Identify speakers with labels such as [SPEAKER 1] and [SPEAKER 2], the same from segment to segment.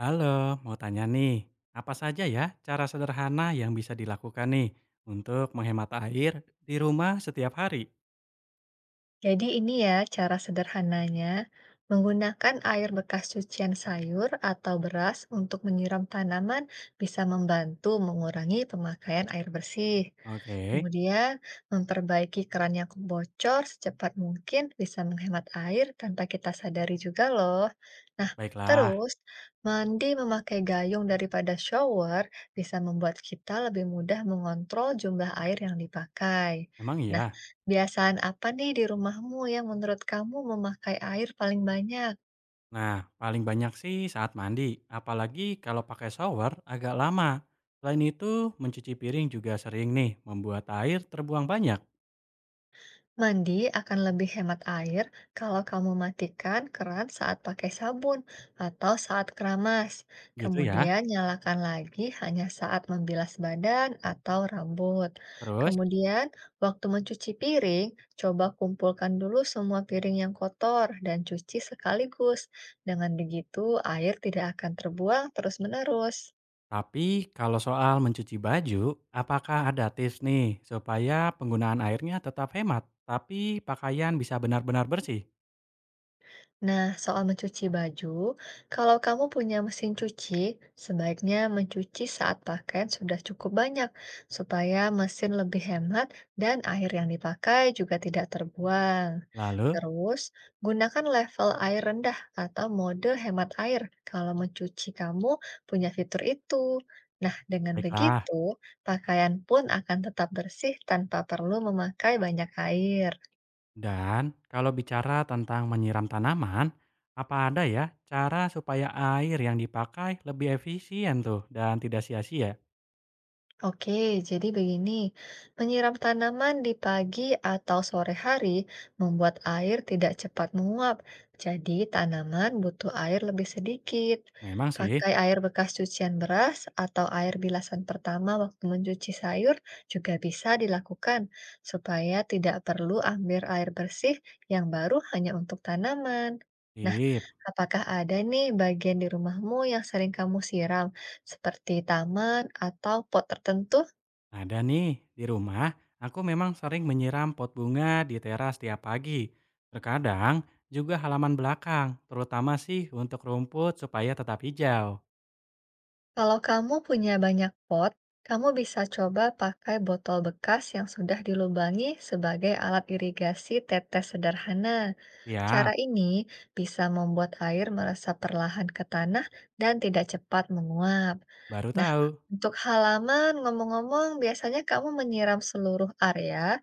[SPEAKER 1] Halo, mau tanya nih, apa saja ya cara sederhana yang bisa dilakukan nih untuk menghemat air di rumah setiap hari?
[SPEAKER 2] Jadi ini ya cara sederhananya, menggunakan air bekas cucian sayur atau beras untuk menyiram tanaman bisa membantu mengurangi pemakaian air bersih.
[SPEAKER 1] Oke,
[SPEAKER 2] Kemudian, memperbaiki keran yang bocor secepat mungkin bisa menghemat air tanpa kita sadari juga loh. Nah,
[SPEAKER 1] baiklah.
[SPEAKER 2] terus mandi memakai gayung daripada shower bisa membuat kita lebih mudah mengontrol jumlah air yang dipakai.
[SPEAKER 1] Emang iya.
[SPEAKER 2] Kebiasaan apa nih di rumahmu yang menurut kamu memakai air paling banyak?
[SPEAKER 1] Nah, paling banyak sih saat mandi, apalagi kalau pakai shower agak lama. Selain itu, mencuci piring juga sering nih membuat air terbuang banyak,
[SPEAKER 2] Mandi akan lebih hemat air kalau kamu matikan keran saat pakai sabun atau saat keramas.
[SPEAKER 1] gitu ya.
[SPEAKER 2] Kemudian nyalakan lagi hanya saat membilas badan atau rambut.
[SPEAKER 1] Terus,
[SPEAKER 2] Kemudian, waktu mencuci piring, coba kumpulkan dulu semua piring yang kotor dan cuci sekaligus. Dengan begitu, air tidak akan terbuang terus-menerus.
[SPEAKER 1] tapi kalau soal mencuci baju, apakah ada tips nih supaya penggunaan airnya tetap hemat, tapi pakaian bisa benar-benar bersih?
[SPEAKER 2] Nah, soal mencuci baju, kalau kamu punya mesin cuci, sebaiknya mencuci saat pakaian sudah cukup banyak, supaya mesin lebih hemat dan air yang dipakai juga tidak terbuang.
[SPEAKER 1] Lalu,
[SPEAKER 2] Terus, gunakan level air rendah atau mode hemat air kalau mencuci kamu punya fitur itu. Nah, dengan
[SPEAKER 1] baiklah.
[SPEAKER 2] begitu, pakaian pun akan tetap bersih tanpa perlu memakai banyak air.
[SPEAKER 1] Dan kalau bicara tentang menyiram tanaman, apa ada ya cara supaya air yang dipakai lebih efisien tuh dan tidak sia-sia?
[SPEAKER 2] Oke, jadi begini, menyiram tanaman di pagi atau sore hari membuat air tidak cepat menguap, jadi tanaman butuh air lebih sedikit.
[SPEAKER 1] Memang sih,
[SPEAKER 2] Pakai air bekas cucian beras atau air bilasan pertama waktu mencuci sayur juga bisa dilakukan, supaya tidak perlu ambil air bersih yang baru hanya untuk tanaman. Nah,
[SPEAKER 1] sip.
[SPEAKER 2] apakah ada nih bagian di rumahmu yang sering kamu siram? Seperti taman atau pot tertentu.
[SPEAKER 1] Ada nih, di rumah aku memang sering menyiram pot bunga di teras tiap pagi. Terkadang juga halaman belakang, terutama sih untuk rumput supaya tetap hijau.
[SPEAKER 2] Kalau kamu punya banyak pot, kamu bisa coba pakai botol bekas yang sudah dilubangi sebagai alat irigasi tetes sederhana.
[SPEAKER 1] Ya,
[SPEAKER 2] Cara ini bisa membuat air meresap perlahan ke tanah dan tidak cepat menguap.
[SPEAKER 1] baru
[SPEAKER 2] Nah,
[SPEAKER 1] tahu.
[SPEAKER 2] untuk halaman, ngomong-ngomong, biasanya kamu menyiram seluruh area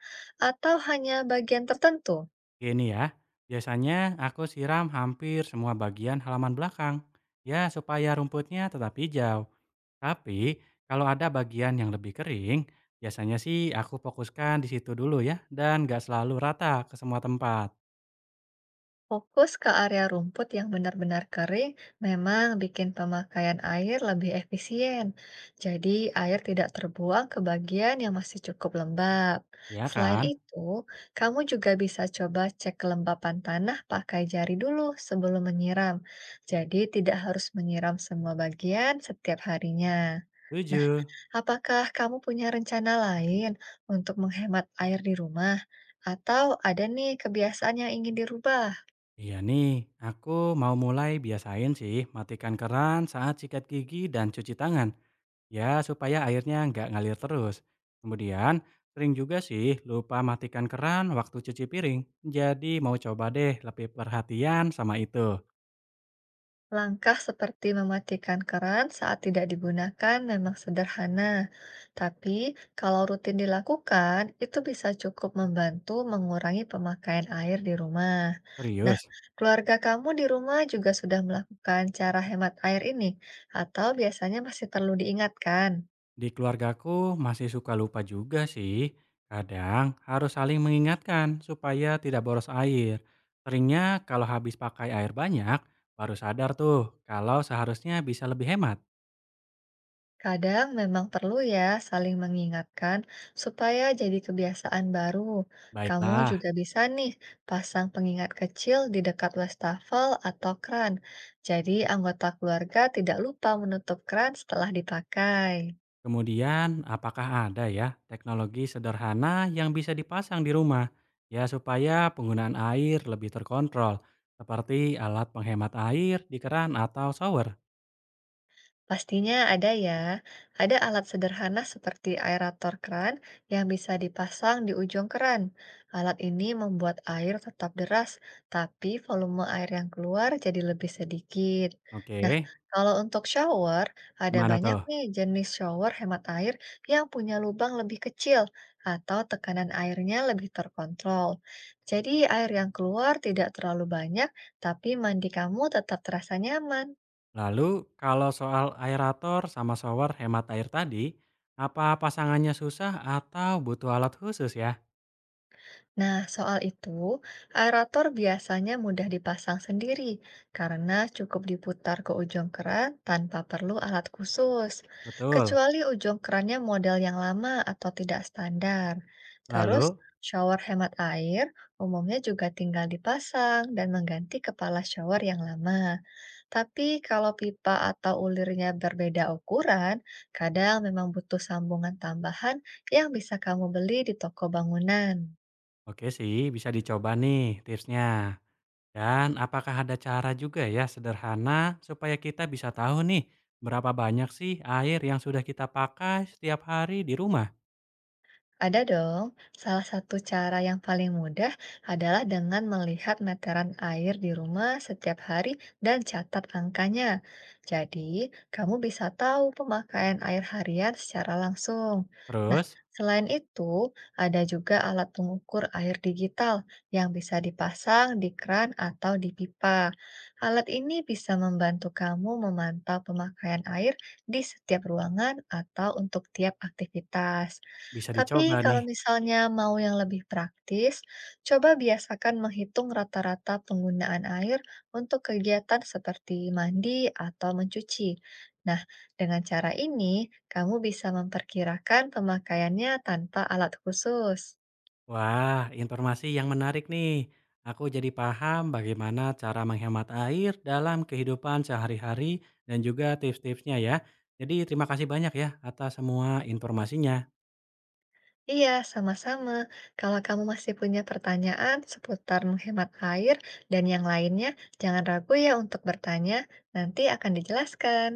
[SPEAKER 2] atau hanya bagian tertentu?
[SPEAKER 1] Gini ya, biasanya aku siram hampir semua bagian halaman belakang. Ya, supaya rumputnya tetap hijau. Tapi kalau ada bagian yang lebih kering, biasanya sih aku fokuskan di situ dulu ya, dan gak selalu rata ke semua tempat.
[SPEAKER 2] Fokus ke area rumput yang benar-benar kering memang bikin pemakaian air lebih efisien. Jadi, air tidak terbuang ke bagian yang masih cukup lembab.
[SPEAKER 1] Ya
[SPEAKER 2] Selain
[SPEAKER 1] kan?
[SPEAKER 2] itu, kamu juga bisa coba cek kelembapan tanah pakai jari dulu sebelum menyiram. Jadi, tidak harus menyiram semua bagian setiap harinya. Nah,
[SPEAKER 1] Setuju.
[SPEAKER 2] apakah kamu punya rencana lain untuk menghemat air di rumah? Atau ada nih kebiasaan yang ingin dirubah?
[SPEAKER 1] Iya nih, aku mau mulai biasain sih matikan keran saat sikat gigi dan cuci tangan, ya supaya airnya nggak ngalir terus. Kemudian, sering juga sih lupa matikan keran waktu cuci piring, jadi mau coba deh lebih perhatian sama itu.
[SPEAKER 2] Langkah seperti mematikan keran saat tidak digunakan memang sederhana, tapi kalau rutin dilakukan, itu bisa cukup membantu mengurangi pemakaian air di rumah. Nah,
[SPEAKER 1] Serius,
[SPEAKER 2] keluarga kamu di rumah juga sudah melakukan cara hemat air ini, atau biasanya masih perlu diingatkan?
[SPEAKER 1] di keluargaku masih suka lupa juga sih. Kadang harus saling mengingatkan supaya tidak boros air. Seringnya kalau habis pakai air banyak, baru sadar tuh kalau seharusnya bisa lebih hemat.
[SPEAKER 2] Kadang memang perlu ya saling mengingatkan supaya jadi kebiasaan baru. Kamu
[SPEAKER 1] Baiklah,
[SPEAKER 2] juga bisa nih pasang pengingat kecil di dekat wastafel atau kran. Jadi anggota keluarga tidak lupa menutup kran setelah dipakai.
[SPEAKER 1] kemudian apakah ada ya teknologi sederhana yang bisa dipasang di rumah ya supaya penggunaan air lebih terkontrol seperti alat penghemat air di keran atau shower?
[SPEAKER 2] Pastinya ada ya. Ada alat sederhana seperti aerator keran yang bisa dipasang di ujung keran. Alat ini membuat air tetap deras, tapi volume air yang keluar jadi lebih sedikit. Nah,
[SPEAKER 1] Oke,
[SPEAKER 2] kalau untuk shower, ada
[SPEAKER 1] gimana
[SPEAKER 2] banyak
[SPEAKER 1] tuh?
[SPEAKER 2] nih jenis shower hemat air yang punya lubang lebih kecil atau tekanan airnya lebih terkontrol. Jadi air yang keluar tidak terlalu banyak, tapi mandi kamu tetap terasa nyaman.
[SPEAKER 1] Lalu kalau soal aerator sama shower hemat air tadi, apa pasangannya susah atau butuh alat khusus ya?
[SPEAKER 2] Nah, soal itu, aerator biasanya mudah dipasang sendiri karena cukup diputar ke ujung keran tanpa perlu alat khusus,
[SPEAKER 1] Betul.
[SPEAKER 2] kecuali ujung kerannya model yang lama atau tidak standar. Terus,
[SPEAKER 1] Lalu,
[SPEAKER 2] shower hemat air umumnya juga tinggal dipasang dan mengganti kepala shower yang lama. Tapi kalau pipa atau ulirnya berbeda ukuran, kadang memang butuh sambungan tambahan yang bisa kamu beli di toko bangunan.
[SPEAKER 1] oke sih bisa dicoba nih tipsnya. Dan apakah ada cara juga ya sederhana supaya kita bisa tahu nih berapa banyak sih air yang sudah kita pakai setiap hari di rumah?
[SPEAKER 2] Ada dong. Salah satu cara yang paling mudah adalah dengan melihat meteran air di rumah setiap hari dan catat angkanya. Jadi, kamu bisa tahu pemakaian air harian secara langsung. Nah,
[SPEAKER 1] Terus
[SPEAKER 2] selain itu, ada juga alat pengukur air digital yang bisa dipasang di kran atau di pipa. Alat ini bisa membantu kamu memantau pemakaian air di setiap ruangan atau untuk tiap aktivitas.
[SPEAKER 1] bisa
[SPEAKER 2] Tapi
[SPEAKER 1] dicoba
[SPEAKER 2] kalau
[SPEAKER 1] nih.
[SPEAKER 2] misalnya mau yang lebih praktis, coba biasakan menghitung rata-rata penggunaan air untuk kegiatan seperti mandi atau mencuci. Nah, dengan cara ini kamu bisa memperkirakan pemakaiannya tanpa alat khusus.
[SPEAKER 1] Wah, informasi yang menarik nih. Aku jadi paham bagaimana cara menghemat air dalam kehidupan sehari-hari dan juga tips-tipsnya ya. Jadi terima kasih banyak ya atas semua informasinya.
[SPEAKER 2] Iya, sama-sama. Kalau kamu masih punya pertanyaan seputar menghemat air dan yang lainnya, jangan ragu ya untuk bertanya, nanti akan dijelaskan.